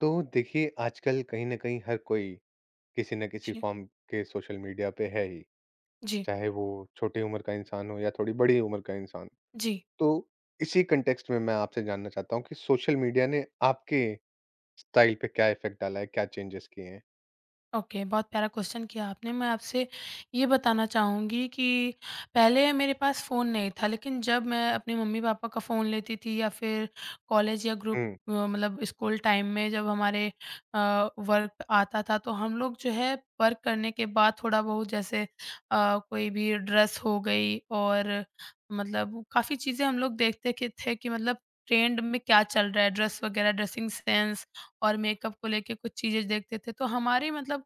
तो देखिए, आजकल कहीं न कहीं हर कोई किसी न किसी जी, फ़ॉर्म के सोशल मीडिया पे है ही, जी, चाहे वो छोटी उम्र का इंसान हो या थोड़ी बड़ी उम्र का इंसान। जी। तो इसी कॉन्टेक्स्ट में मैं आपसे जानना चाहता हूँ कि सोशल मीडिया ने आपके स्टाइल पे क्या इफ़ेक्ट डाला है, क्या चेंजेज़ किए हैं? ओके, बहुत प्यारा क्वेश्चन किया आपने। मैं आपसे ये बताना चाहूँगी कि पहले मेरे पास फ़ोन नहीं था, लेकिन जब मैं अपने मम्मी-पापा का फ़ोन लेती थी या फिर कॉलेज या ग्रुप हुँ, मतलब स्कूल टाइम में जब हमारे वर्क आता था, तो हम लोग जो है वर्क करने के बाद थोड़ा-बहुत जैसे कोई भी ड्रेस हो गई, और मतलब काफ़ी चीज़ें हम लोग देखते के थे कि मतलब ट्रेंड में क्या चल रहा है, ड्रेस वगैरह, ड्रेसिंग सेंस और मेकअप को लेके कुछ चीज़ें देखते थे। तो हमारी मतलब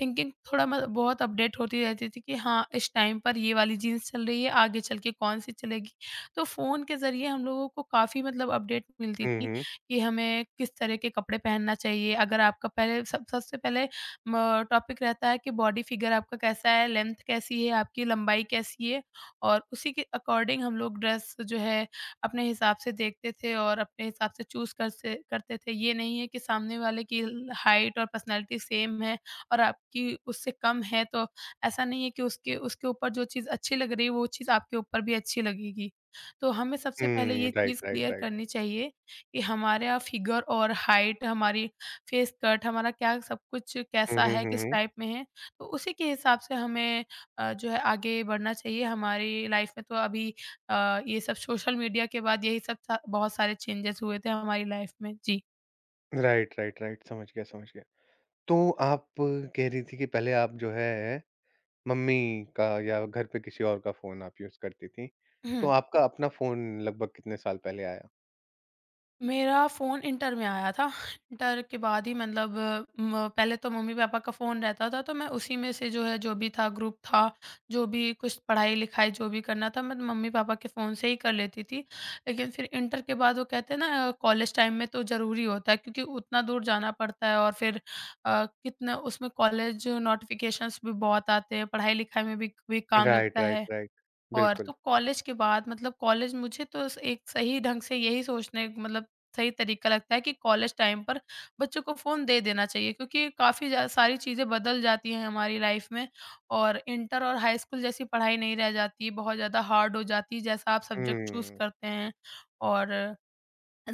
थिंकिंग थोड़ा मत बहुत अपडेट होती रहती थी कि हाँ, इस टाइम पर ये वाली जीन्स चल रही है, आगे चल के कौन-सी चलेगी। तो फ़ोन के ज़रिए हम लोगों को काफ़ी मतलब अपडेट मिलती हुँ, थी हुँ। कि हमें किस तरह के कपड़े पहनना चाहिए। अगर आपका पहले, सब सबसे पहले म टॉपिक रहता है कि बॉडी फिगर आपका कैसा है, लेंथ कैसी है, आपकी लंबाई कैसी है, और उसी के अकॉर्डिंग हम लोग ड्रेस जो है अपने हिसाब से देखते थे और अपने हिसाब से चूज़ कर से करते थे। ये नहीं है कि सामने वाले की ल हाइट और पर्सनैलिटी सेम है और आपकी उससे कम है, तो ऐसा नहीं है कि उसके उसके ऊपर जो चीज़ अच्छी लग रही है वो चीज़ आपके ऊपर भी अच्छी लगेगी। तो हमें सबसे पहले ये हुँ, राइट, चीज़ राइट, क्लियर राइट। करनी चाहिए कि हमारा फिगर और हाइट, हमारी फेस कट, हमारा क्या सब कुछ हुँ, कैसा हुँ, है, हुँ, किस हुँ। टाइप में है। तो उसी के हिसाब से हमें जो है आगे बढ़ना चाहिए। हमारी लाइफ में तो अभी ये सब सोशल मीडिया के बाद यही सब सा बहुत सारे चेंजेस हुए थे हमारी लाइफ में। जी। राइट, राइट, राइट, समझ गया, समझ गया। तो आप कह रही थी कि पहले आप जो है मम्मी का या घर पे किसी और का फ़ोन आप यूज़ करती थीं। तो हम्म आपका अपना फ़ोन लगभग कितने साल पहले आया? मेरा फ़ोन इंटर में आया था। इंटर के बाद ही मतलब म पहले तो मम्मी-पापा का फ़ोन रहता था, तो मैं उसी में से जो है जो भी था ग्रुप था, जो भी कुछ पढ़ाई-लिखाई जो भी करना था, मैं मम्मी-पापा के फ़ोन से ही कर लेती थी। लेकिन फिर इंटर के बाद वो कहते हैं ना, कॉलेज टाइम में तो ज़रूरी होता है, क्योंकि उतना दूर जाना पड़ता है, और फिर कितना उसमें कॉलेज नोटिफ़िकेशंस भी बहुत आते हैं, पढ़ाई-लिखाई में भी काम लगता राइट, राइट, है। राइट। और तो बिल्कुल। कॉलेज के बाद मतलब कॉलेज मुझे तो स एक सही ढंग से यही सोचने मतलब सही तरीका लगता है कि कॉलेज टाइम पर बच्चों को फ़ोन दे देना चाहिए, क्योंकि काफ़ी ज़्या सारी चीज़ें बदल जाती हैं हमारी लाइफ़ में, और इंटर और हाई स्कूल जैसी पढ़ाई नहीं रह जाती, बहुत ज़्यादा हार्ड हो जाती है, जैसा आप सब्जेक्ट चूज़ हुँ। करते हैं, और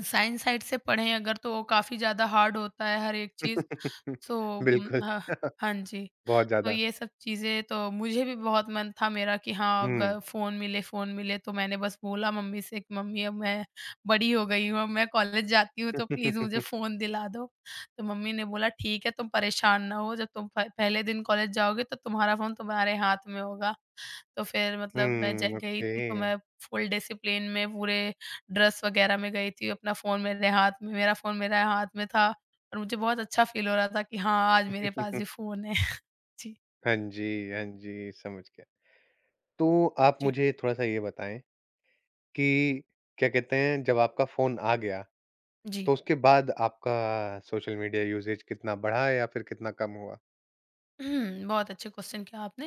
साइंस साइड से पढ़ें अगर तो काफ़ी ज़्यादा हार्ड होता है हर एक चीज़। सो उम, बिल्कुल। ह हाँ जी। बहुत तो ज़्यादा। ये सब चीज़ें तो मुझे भी बहुत मन था, मेरा कि हाँ, हुँ। ग फ़ोन मिले, फ़ोन मिले, तो मैंने बस बोला मम्मी से कि मम्मी, अब मैं बड़ी हो गई हूँ, अब मैं कॉलेज जाती हूँ, तो प्लीज़ मुझे हुँ, फ़ोन दिला दो। तो मम्मी ने बोला, ठीक है तुम परेशान ना हो, जब तुम प पहले दिन कॉलेज जाओगे तो तुम्हारा फ़ोन तुम्हारे हाथ में होगा। तो फिर मतलब मैं ज गई ओके। थी, तो मैं फुल डिसिप्लिन में पूरे ड्रेस वग़ैरह में गई थी, अपना फ़ोन मेरे हाथ में मेरा फ़ोन मेरे हाथ में था, और मुझे बहुत अच्छा फ़ील हो रहा था कि हाँ, आज मेरे पास ये फ़ोन है। जी, हाँ जी, हाँ जी, समझ गया। तो आप जी। मुझे थोड़ा-सा ये बताएँ कि क्या कहते हैं जब आपका फ़ोन आ गया, जी। तो उसके बाद आपका सोशल मीडिया यूसेज कितना बढ़ा या फिर कितना कम हुआ? बहुत अच्छे क्वेश्चन किया आपने।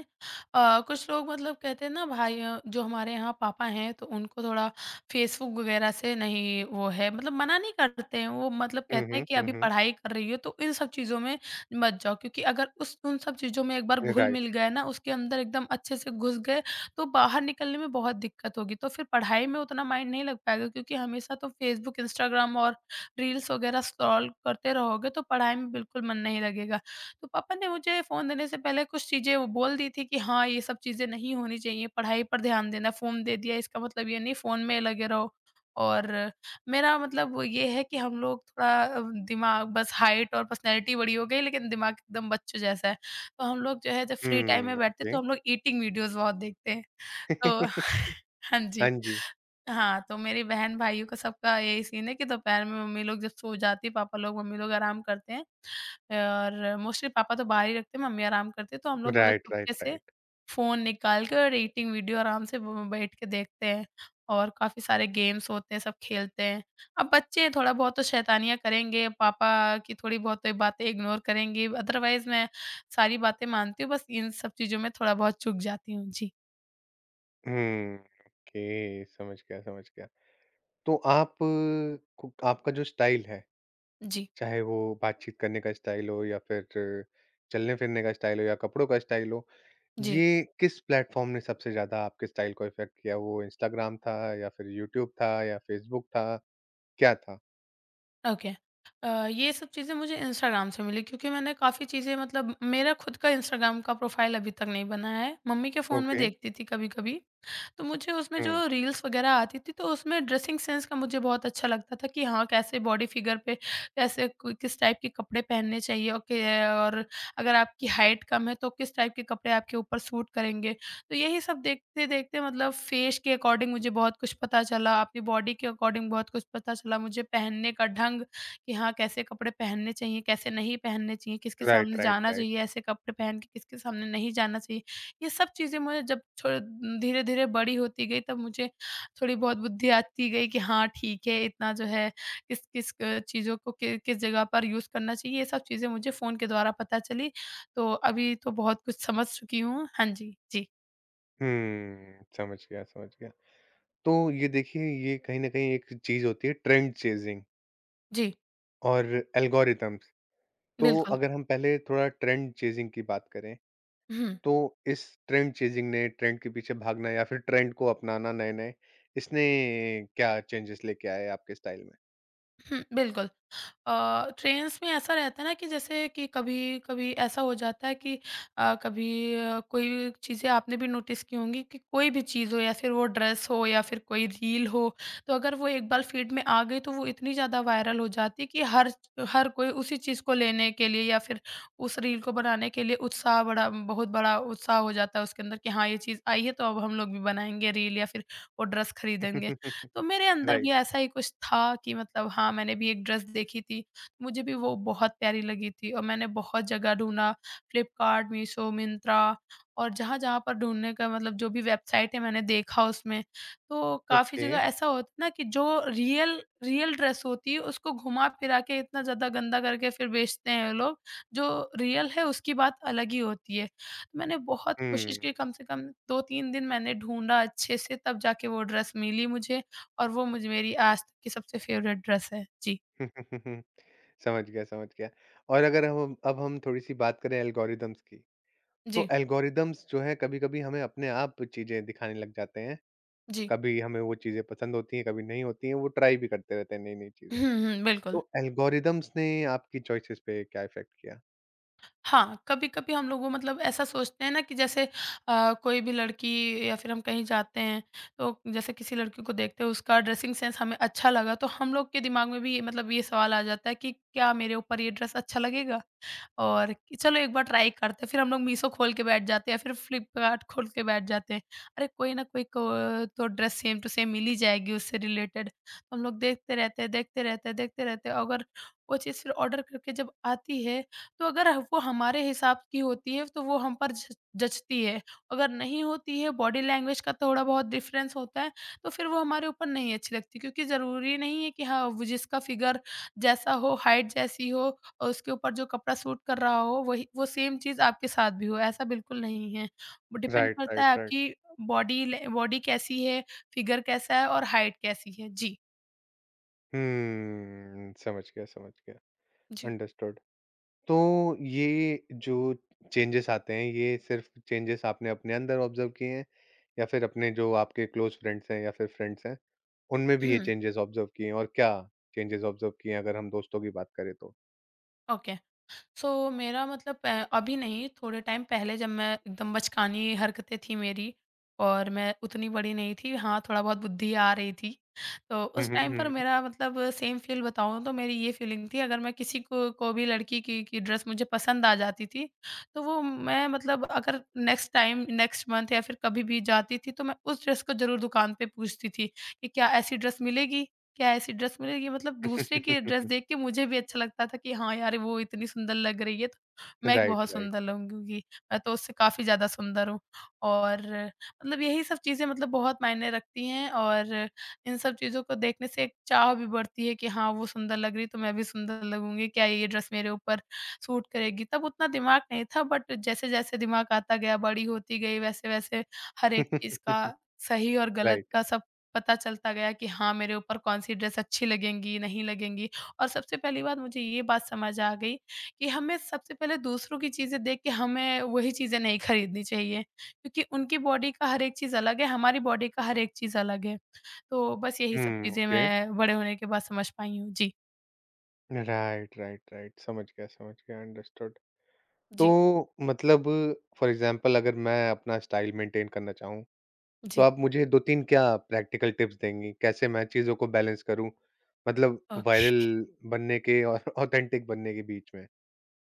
कुछ लोग मतलब कहते हैं ना भाई, जो हमारे यहाँ पापा हैं तो उनको थोड़ा फेसबुक वगैरह से नहीं, वो है मतलब मना नहीं करते हैं। वो मतलब हुँ, कहते हैं हुँ। कि हुँ, अभी हुँ। पढ़ाई कर रही हो तो इन सब चीज़ों में मत जाओ, क्योंकि अगर उस उन सब चीज़ों में एक बार राइट। घुल-मिल गए ना, उसके अंदर एकदम अच्छे से घुस गए, तो बाहर निकलने में बहुत दिक्कत होगी। तो फिर पढ़ाई में उतना माइंड नहीं लग पाएगा, क्योंकि हमेशा तो फेसबुक, इंस्टाग्राम और रील्स वगैरह स्क्रॉल करते रहोगे तो पढ़ाई में बिल्कुल मन नहीं लगेगा। तो पापा ने मुझे फ़ोन देने से पहले कुछ चीज़ें वो बोल दी थी कि हाँ, ये सब चीज़ें नहीं होनी चाहिए, पढ़ाई पर ध्यान देना, फ़ोन दे दिया इसका मतलब ये नहीं फ़ोन में लगे रहो। और मेरा मतलब वो ये है कि हम लोग थोड़ा दिमाग, बस हाइट और पर्सनैलिटी बड़ी हो गई लेकिन दिमाग एकदम बच्चों जैसा है। तो हम लोग जो है, जब फ्री टाइम में हुँ, बैठते हैं तो ओके। हम लोग ईटिंग वीडियोज़ बहुत देखते हैं। तो हाँ जी। हाँ जी। हाँ, तो मेरी बहन-भाइयों का सबका यही सीन है कि दोपहर में मम्मी लोग जब सो जाती है, पापा लोग मम्मी लोग आराम करते हैं, और मोस्टली पापा तो बाहर ही रखते हैं, मम्मी आराम करती है, तो हम लोग मतलब राइट, चुपके राइट, से राइट। फ़ोन निकाल के और ईटिंग वीडियो आराम से ब बैठ के देखते हैं, और काफ़ी सारे गेम्स होते हैं, सब खेलते हैं। अब बच्चे हैं, थोड़ा बहुत तो शैतानियाँ करेंगे, पापा की थोड़ी बहुत तो बातें इग्नोर करेंगे, अदरवाइज़ मैं सारी बातें मानती हूँ, बस इन सब चीज़ों में थोड़ा बहुत चूक जाती हूँ। जी, हुँ, ओके समझ गया, समझ गया। तो आप को आपका जो स्टाइल है, जी, चाहे वो बातचीत करने का स्टाइल हो या फिर चलने-फिरने का स्टाइल हो या कपड़ों का स्टाइल हो, जी। ये किस प्लेटफ़ॉर्म ने सबसे ज़्यादा आपके स्टाइल को इफ़ेक्ट किया? वो इंस्टाग्राम था या फिर यूट्यूब था या फ़ेसबुक था, क्या था? ओके। ये सब चीज़ें मुझे इंस्टाग्राम से मिली, क्योंकि मैंने काफ़ी चीज़ें मतलब मेरा खुद का इंस्टाग्राम का प्रोफ़ाइल अभी तक नहीं बना है। मम्मी के फ़ोन में ओके। देखती थी कभी-कभी। तो मुझे उसमें हुँ, जो रील्स वगैरह आती थी तो उसमें ड्रेसिंग सेंस का मुझे बहुत अच्छा लगता था कि हाँ, कैसे बॉडी फिगर पे, कैसे किस टाइप के कपड़े पहनने चाहिए, और और अगर आपकी हाइट कम है तो किस टाइप के कपड़े आपके ऊपर सूट करेंगे, तो यही सब देखते देखते मतलब फेस के अकॉर्डिंग मुझे बहुत कुछ पता चला, अपनी बॉडी के अकॉर्डिंग बहुत कुछ पता चला, मुझे पहनने का ढंग कि हाँ, कैसे कपड़े पहनने चाहिए, कैसे नहीं पहनने चाहिए, किसके राइट, सामने राइट, जाना राइट। चाहिए ऐसे कपड़े पहन के, किसके सामने नहीं जाना चाहिए, ये सब चीज़ें मुझे, जब थोड़ा धीरे-धीरे बड़ी होती गई तब मुझे थोड़ी बहुत बुद्धि आती गई कि हाँ, ठीक है, इतना जो है किस-किस चीज़ों को कि किस जगह पर यूज़ करना चाहिए, ये सब चीज़ें मुझे फ़ोन के द्वारा पता चली। तो अभी तो बहुत कुछ समझ चुकी हूँ। हाँ जी, जी। हुँ, समझ गया, समझ गया। तो ये देखिए, ये कहीं न कहीं एक चीज़ होती है ट्रेंड चेज़िंग जी, और एल्गोरिदम्स। तो बिल्कुल। अगर हम पहले थोड़ा ट्रेंड चेज़िंग की बात करें, हुँ, तो इस ट्रेंड चेज़िंग ने ट्रेंड के पीछे भागना या फिर ट्रेंड को अपनाना नए-नए, इसने क्या चेंजेस लेके आया है आपके स्टाइल में? हुँ, बिल्कुल। ट्रेन्स में ऐसा रहता है ना कि जैसे कि कभी-कभी ऐसा हो जाता है कि कभी कोई चीज़ें आपने भी नोटिस की होंगी कि कोई भी चीज़ हो या फिर वो ड्रेस हो या फिर कोई रील हो, तो अगर वो एक बार फीड में आ गई तो वो इतनी ज़्यादा वायरल हो जाती है कि हर हर कोई उसी चीज़ को लेने के लिए या फिर उस रील को बनाने के लिए उत्साह बड़ा, बहुत बड़ा उत्साह हो जाता है उसके अंदर कि हाँ, ये चीज़ आई है तो अब हम लोग भी बनाएँगे रील या फिर वो ड्रेस खरीदेंगे। तो मेरे अंदर भी राइट, ऐसा ही कुछ था कि मतलब हाँ, मैंने भी एक ड्रेस देखी थी, मुझे भी वो बहुत प्यारी लगी थी और मैंने बहुत जगह ढूँढा, फ्लिपकार्ट, मीशो, मिंत्रा, और जहाँ-जहाँ पर ढूँढने का मतलब जो भी वेबसाइट है मैंने देखा उसमें, तो काफ़ी ओके। जगह ऐसा होता है ना कि जो रियल रियल ड्रेस होती है उसको घुमा-फिरा के इतना ज़्यादा गंदा करके फिर बेचते हैं ये लोग, जो रियल है उसकी बात अलग ही होती है। तो मैंने बहुत कोशिश हुँ। की, कम से कम 2-3 दिन मैंने ढूँढा अच्छे से, तब जाके वो ड्रेस मिली मुझे, और वो मुझे मेरी आज तक की सबसे फ़ेवरेट ड्रेस है। जी, समझ गया, समझ गया। और अगर हम अब हम थोड़ी-सी बात करें एल्गोरिदम्स की, तो जी, एल्गोरिदम्स जो हैं कभी-कभी हमें अपने आप चीज़ें दिखाने लग जाते हैं। जी। कभी हमें वो चीज़ें पसंद होती हैं, कभी नहीं होती हैं, वो ट्राई भी करते रहते हैं नई-नई हुँ, चीज़ें। हुँ, बिल्कुल। तो एल्गोरिदम्स ने आपकी चॉइसेस पे क्या इफ़ेक्ट किया? हाँ, कभी-कभी हम लोग वो मतलब ऐसा सोचते हैं ना कि जैसे कोई भी लड़की या फिर हम कहीं जाते हैं, तो जैसे किसी लड़की को देखते हैं, उसका ड्रेसिंग सेंस हमें अच्छा लगा, तो हम लोग के दिमाग में भी ये मतलब ये सवाल आ जाता है कि क्या मेरे ऊपर ये ड्रेस अच्छा लगेगा? और कि चलो एक बार ट्राई करते हैं, फिर हम लोग मीशो खोल के बैठ जाते हैं या फिर फ्लिपकार्ट खोल के बैठ जाते हैं। अरे कोई ना कोई को तो ड्रेस सेम टू सेम मिल ही जाएगी उससे रिलेटेड। तो हम लोग देखते रहते हैं, देखते रहते हैं, देखते रहते हैं अगर वो चीज़ फिर ऑर्डर करके जब आती है, तो अगर वो हमारे हिसाब की होती है तो वो हम पर ज जचती है। अगर नहीं होती है, बॉडी लैंग्वेज का थोड़ा बहुत डिफ़रेंस होता है, तो फिर वो हमारे ऊपर नहीं अच्छी लगती क्योंकि ज़रूरी नहीं है कि हाँ, वो जिसका फिगर जैसा हो, हाइट जैसी हो और उसके ऊपर जो कपड़ा सूट कर रहा हो वही वो सेम चीज़ आपके साथ भी हो, ऐसा बिल्कुल नहीं है। वो डिपेंड राइट, करता है राइट, राइट। आपकी बॉडी कैसी है, फिगर कैसा है और हाइट कैसी है। जी, समझ गया, समझ गया। जी। अंडरस्टूड। तो ये जो चेंजेस आते हैं, ये सिर्फ़ चेंजेस आपने अपने अंदर ऑब्ज़र्व किए हैं या फिर अपने जो आपके क्लोज़ फ्रेंड्स हैं या फिर फ्रेंड्स हैं, उनमें भी ये हुँ, चेंजेस ऑब्ज़र्व किए हैं और क्या चेंजेस ऑब्ज़र्व किए हैं अगर हम दोस्तों की बात करें तो? ओके। सो मेरा मतलब अभी नहीं थोड़े टाइम पहले जब मैं एकदम बचकानी हरकतें थी मेरी और मैं उतनी बड़ी नहीं थी, हाँ थोड़ा बहुत बुद्धि आ रही थी, तो हुँ, उस हुँ, टाइम पर हुँ। मेरा मतलब सेम फील बताऊँ तो मेरी ये फीलिंग थी अगर मैं किसी को भी लड़की की ड्रेस मुझे पसंद आ जाती थी तो वो मैं मतलब अगर नेक्स्ट टाइम नेक्स्ट मंथ या फिर कभी भी जाती थी तो मैं उस ड्रेस को जरूर दुकान पे पूछती थी कि क्या ऐसी ड्रेस मिलेगी, क्या ऐसी ड्रेस मिलेगी, मतलब दूसरे की ड्रेस देख के मुझे भी अच्छा लगता था कि हाँ यार, वो इतनी सुंदर लग रही है तो मैं भी राइट, बहुत राइट। सुंदर लगूँगी। मैं तो उससे काफ़ी ज़्यादा सुंदर हूँ और मतलब यही सब चीज़ें मतलब बहुत मायने रखती हैं और इन सब चीज़ों को देखने से एक चाह भी बढ़ती है कि हाँ, वो सुंदर लग रही है तो मैं भी सुंदर लगूँगी। क्या ये ड्रेस मेरे ऊपर सूट करेगी? तब उतना दिमाग नहीं था बट जैसे-जैसे दिमाग आता गया, बड़ी होती गई वैसे-वैसे हर एक चीज़ राइट। का सही और गलत का सब पता चलता गया कि हाँ, मेरे ऊपर कौन-सी ड्रेस अच्छी लगेंगी, नहीं लगेंगी। और सबसे पहली बात मुझे ये बात समझ आ गई कि हमें सबसे पहले दूसरों की चीज़ें देख के हमें वही चीज़ें नहीं खरीदनी चाहिए, क्योंकि उनकी बॉडी का हर एक चीज़ अलग है, हमारी बॉडी का हर एक चीज़ अलग है। तो बस यही सब हुँ, चीज़ें ओके। मैं बड़े होने के बाद समझ पाई हूँ। जी, राइट, राइट, राइट। समझ गया, अंडरस्टूड। तो जी, मतलब फॉर एग्ज़ाम्पल अगर मैं अपना स्टाइल मेंटेन करना चाहूँ, तो जी। आप मुझे 2-3 क्या प्रैक्टिकल टिप्स देंगी? कैसे मैं चीज़ों को बैलेंस करूँ? मतलब ओके। वायरल बनने के और ऑथेंटिक बनने के बीच में?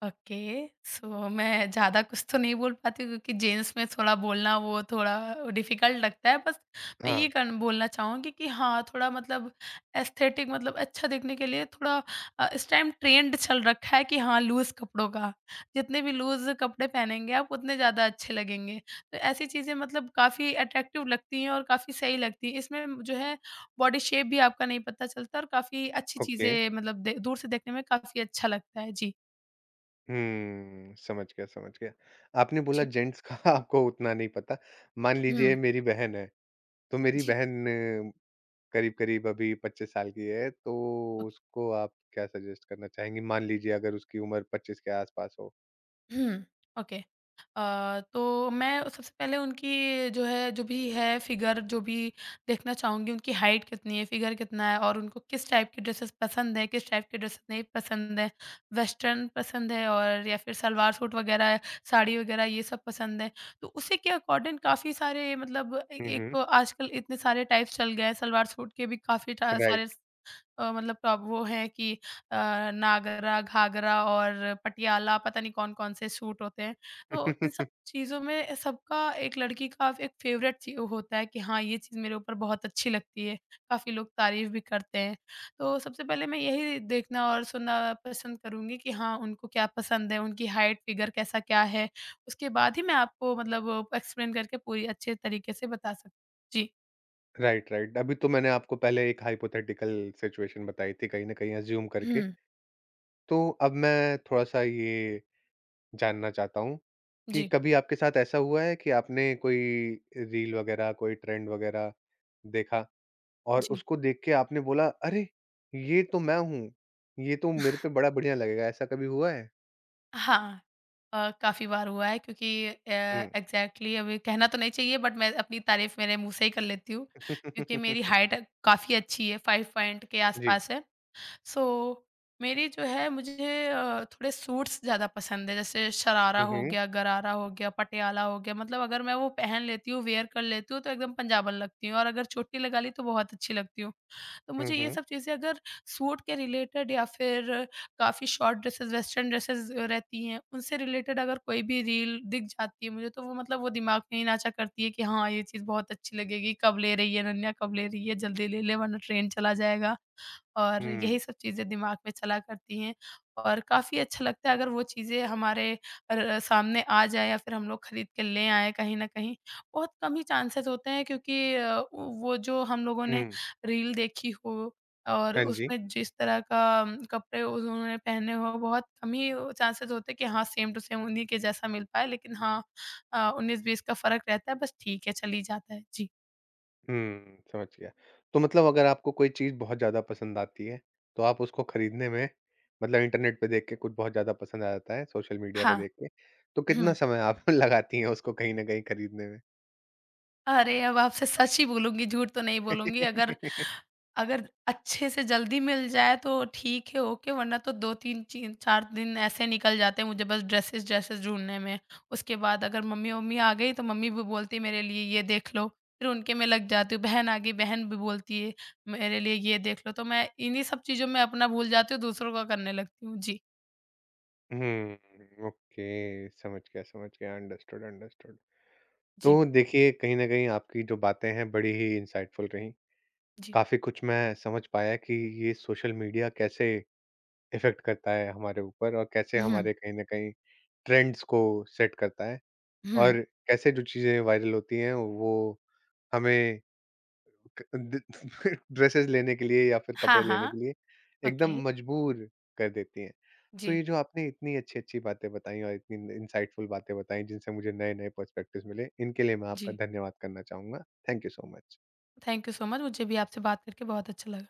ओके, सो मैं ज़्यादा कुछ तो नहीं बोल पाती हूँ, क्योंकि जेन्स में थोड़ा बोलना वो थोड़ा डिफिकल्ट लगता है। बस मैं ये हाँ, कन बोलना चाहूँगी कि हाँ, थोड़ा मतलब एस्थेटिक मतलब अच्छा दिखने के लिए थोड़ा, इस टाइम ट्रेंड चल रखा है कि हाँ, लूज़ कपड़ों का। जितने भी लूज़ कपड़े पहनेंगे आप उतने ज़्यादा अच्छे लगेंगे। तो ऐसी चीज़ें मतलब काफ़ी अट्रैक्टिव लगती हैं और काफ़ी सही लगती हैं। इसमें जो है बॉडी शेप भी आपका नहीं पता चलता और काफ़ी अच्छी ओके। चीज़ें मतलब दे दूर से देखने में काफ़ी अच्छा लगता है। जी। हुँ, समझ गया, समझ गया। आपने बोला जी। जेंट्स का आपको उतना नहीं पता। मान लीजिए हुँ। मेरी बहन है, तो मेरी जी। बहन करीब-करीब अभी 25 साल की है, तो ओके। उसको आप क्या सजेस्ट करना चाहेंगी? मान लीजिए अगर उसकी उम्र 25 के आस-पास हो। हुँ, ओके। तो मैं सबसे पहले उनकी जो है जो भी है फ़िगर जो भी देखना चाहूँगी, उनकी हाइट कितनी है, फ़िगर कितना है और उनको किस टाइप की ड्रेसेस पसंद है, किस टाइप की ड्रेसेस नहीं पसंद है। वेस्टर्न पसंद है और या फिर सलवार सूट वग़ैरह, साड़ी वग़ैरह ये सब पसंद है। तो उसी के अकॉर्डिंग काफ़ी सारे मतलब ए हुँ, एक हुँ। आजकल इतने सारे टाइप्स चल गए हैं, सलवार सूट के भी काफ़ी टा राइट। सारे मतलब टॉप वो हैं कि अ, नागरा, घाघरा और पटियाला पता नहीं कौन-कौन से सूट होते हैं। तो इन सब चीज़ों में सबका एक लड़की का एक फ़ेवरेट चीज़ होता है कि हाँ, ये चीज़ मेरे ऊपर बहुत अच्छी लगती है। काफ़ी लोग तारीफ़ भी करते हैं। तो सबसे पहले मैं यही देखना और सुनना पसंद करूँगी कि हाँ, उनको क्या पसंद है, उनकी हाइट, फ़िगर कैसा क्या है। उसके बाद ही मैं आपको मतलब एक्सप्लेन करके पूरी अच्छे तरीके से बता सक। जी। Right, right. अभी तो मैंने आपको पहले एक हाइपोथेटिकल सिचुएशन बताई थी कहीं न कहीं अज़्यूम करके। हुँ। तो अब मैं थोड़ा-सा ये जानना चाहता हूँ कि जी, कभी आपके साथ ऐसा हुआ है कि आपने कोई रील वगैरह, कोई ट्रेंड वगैरह देखा और जी। उसको देख के आपने बोला, "अरे! ये तो मैं हूँ। ये तो मेरे पे बड़ा बढ़िया लगेगा।" ऐसा कभी हुआ है? हाँ। काफ़ी बार हुआ है क्योंकि हुँ। एग्ज़ैक्टली अभी कहना तो नहीं चाहिए बट मैं अपनी तारीफ़ मेरे मुँह से ही कर लेती हूँ, क्योंकि मेरी हाइट काफ़ी अच्छी है, 5 पॉइंट के जी। आसपास है। सो मेरी जो है मुझे थोड़े सूट्स ज़्यादा पसंद है जैसे शरारा हुँ, हो हुँ। गया, गरारा हो गया, पटियाला हो गया, मतलब अगर मैं वो पहन लेती हूँ, वेयर कर लेती हूँ तो एकदम पंजाबन लगती हूँ और अगर चोटी लगा ली तो बहुत अच्छी लगती हूँ। तो हुँ, मुझे ये हुँ। सब चीज़ें अगर सूट के रिलेटेड या फिर काफ़ी शॉर्ट ड्रेसेस, वेस्टर्न ड्रेसेस रहती हैं, उनसे रिलेटेड अगर कोई भी रील दिख जाती है मुझे तो वो मतलब वो दिमाग में ही नाचा करती है कि हाँ, ये चीज़ बहुत अच्छी लगेगी, कब ले रही है नन्या, कब ले रही है, जल्दी ले ले वरना ट्रेन चला जाएगा। और यही हुँ, सब चीज़ें दिमाग में चला करती हैं और काफ़ी अच्छा लगता है अगर वो चीज़ें हमारे र सामने आ जाए या फिर हम लोग खरीद के ले आएँ कहीं न कहीं। बहुत कम ही चांसेस होते हैं क्योंकि वो जो हम लोगों ने हुँ। रील देखी हो और हाँ जी। उसमें जिस तरह का कपड़े उन्होंने पहने हो बहुत कम ही चांसेस होते हैं कि हाँ, सेम टू सेम उन्हीं के जैसा मिल पाए, लेकिन हाँ 19-20 का फ़र्क रहता है बस ठीक है चल ही जाता है। जी। हुँ, समझ गया। तो मतलब अगर आपको कोई चीज़ बहुत ज़्यादा पसंद आती है, तो आप उसको खरीदने में मतलब इंटरनेट पे देख के कुछ बहुत ज़्यादा पसंद आ जाता है, सोशल मीडिया पे हाँ। देख के, तो कितना हुँ। समय आप लगाती हैं उसको कहीं न कहीं खरीदने में? अरे! अब आपसे सच ही बोलूँगी, झूठ तो नहीं बोलूँगी। अगर अगर अच्छे से जल्दी मिल जाए तो ठीक है, ओके, वरना तो 2-3 चीन 4 दिन ऐसे निकल जाते हैं मुझे बस ड्रेसेस-ड्रेसेस ढूँढने में। उसके बाद अगर मम्मी-वम्मी आ गई तो मम्मी भी बोलती है मेरे लिए ये देख लो, फिर उनके में लग जाती हूँ। बहन आ गई, बहन भी बोलती है मेरे लिए ये देख लो, तो मैं इन्हीं सब चीज़ों में अपना भूल जाती हूँ, दूसरों का करने लगती हूँ। जी, हुँ, ओके। समझ गया, समझ गया। Understood, understood. जी, तो देखिए, कहीं न कहीं आपकी जो बातें हैं बड़ी ही इंसाइटफुल रहीं। जी। काफ़ी कुछ मैं समझ पाया कि ये सोशल मीडिया कैसे इफ़ेक्ट करता है हमारे ऊपर और कैसे हुँ, हमारे कहीं न कहीं ट्रेंड्स को सेट करता है हुँ। और कैसे जो चीज़ें वायरल होती हैं वो हमें क द ड्रेसेज़ लेने के लिए या फिर हाँ, कपड़े लेने हाँ। के लिए ओके। एकदम मजबूर कर देती हैं। तो जी, ये जो आपने इतनी अच्छी-अच्छी बातें बताई और इतनी इनसाइटफुल बातें बताई जिनसे मुझे नए-नए पर्सपेक्टिव्स मिले, इनके लिए मैं आपका जी। धन्यवाद करना चाहूँगा। Thank you so much. Thank you so much, मुझे भी आपसे बात करके बहुत अच्छा लगा।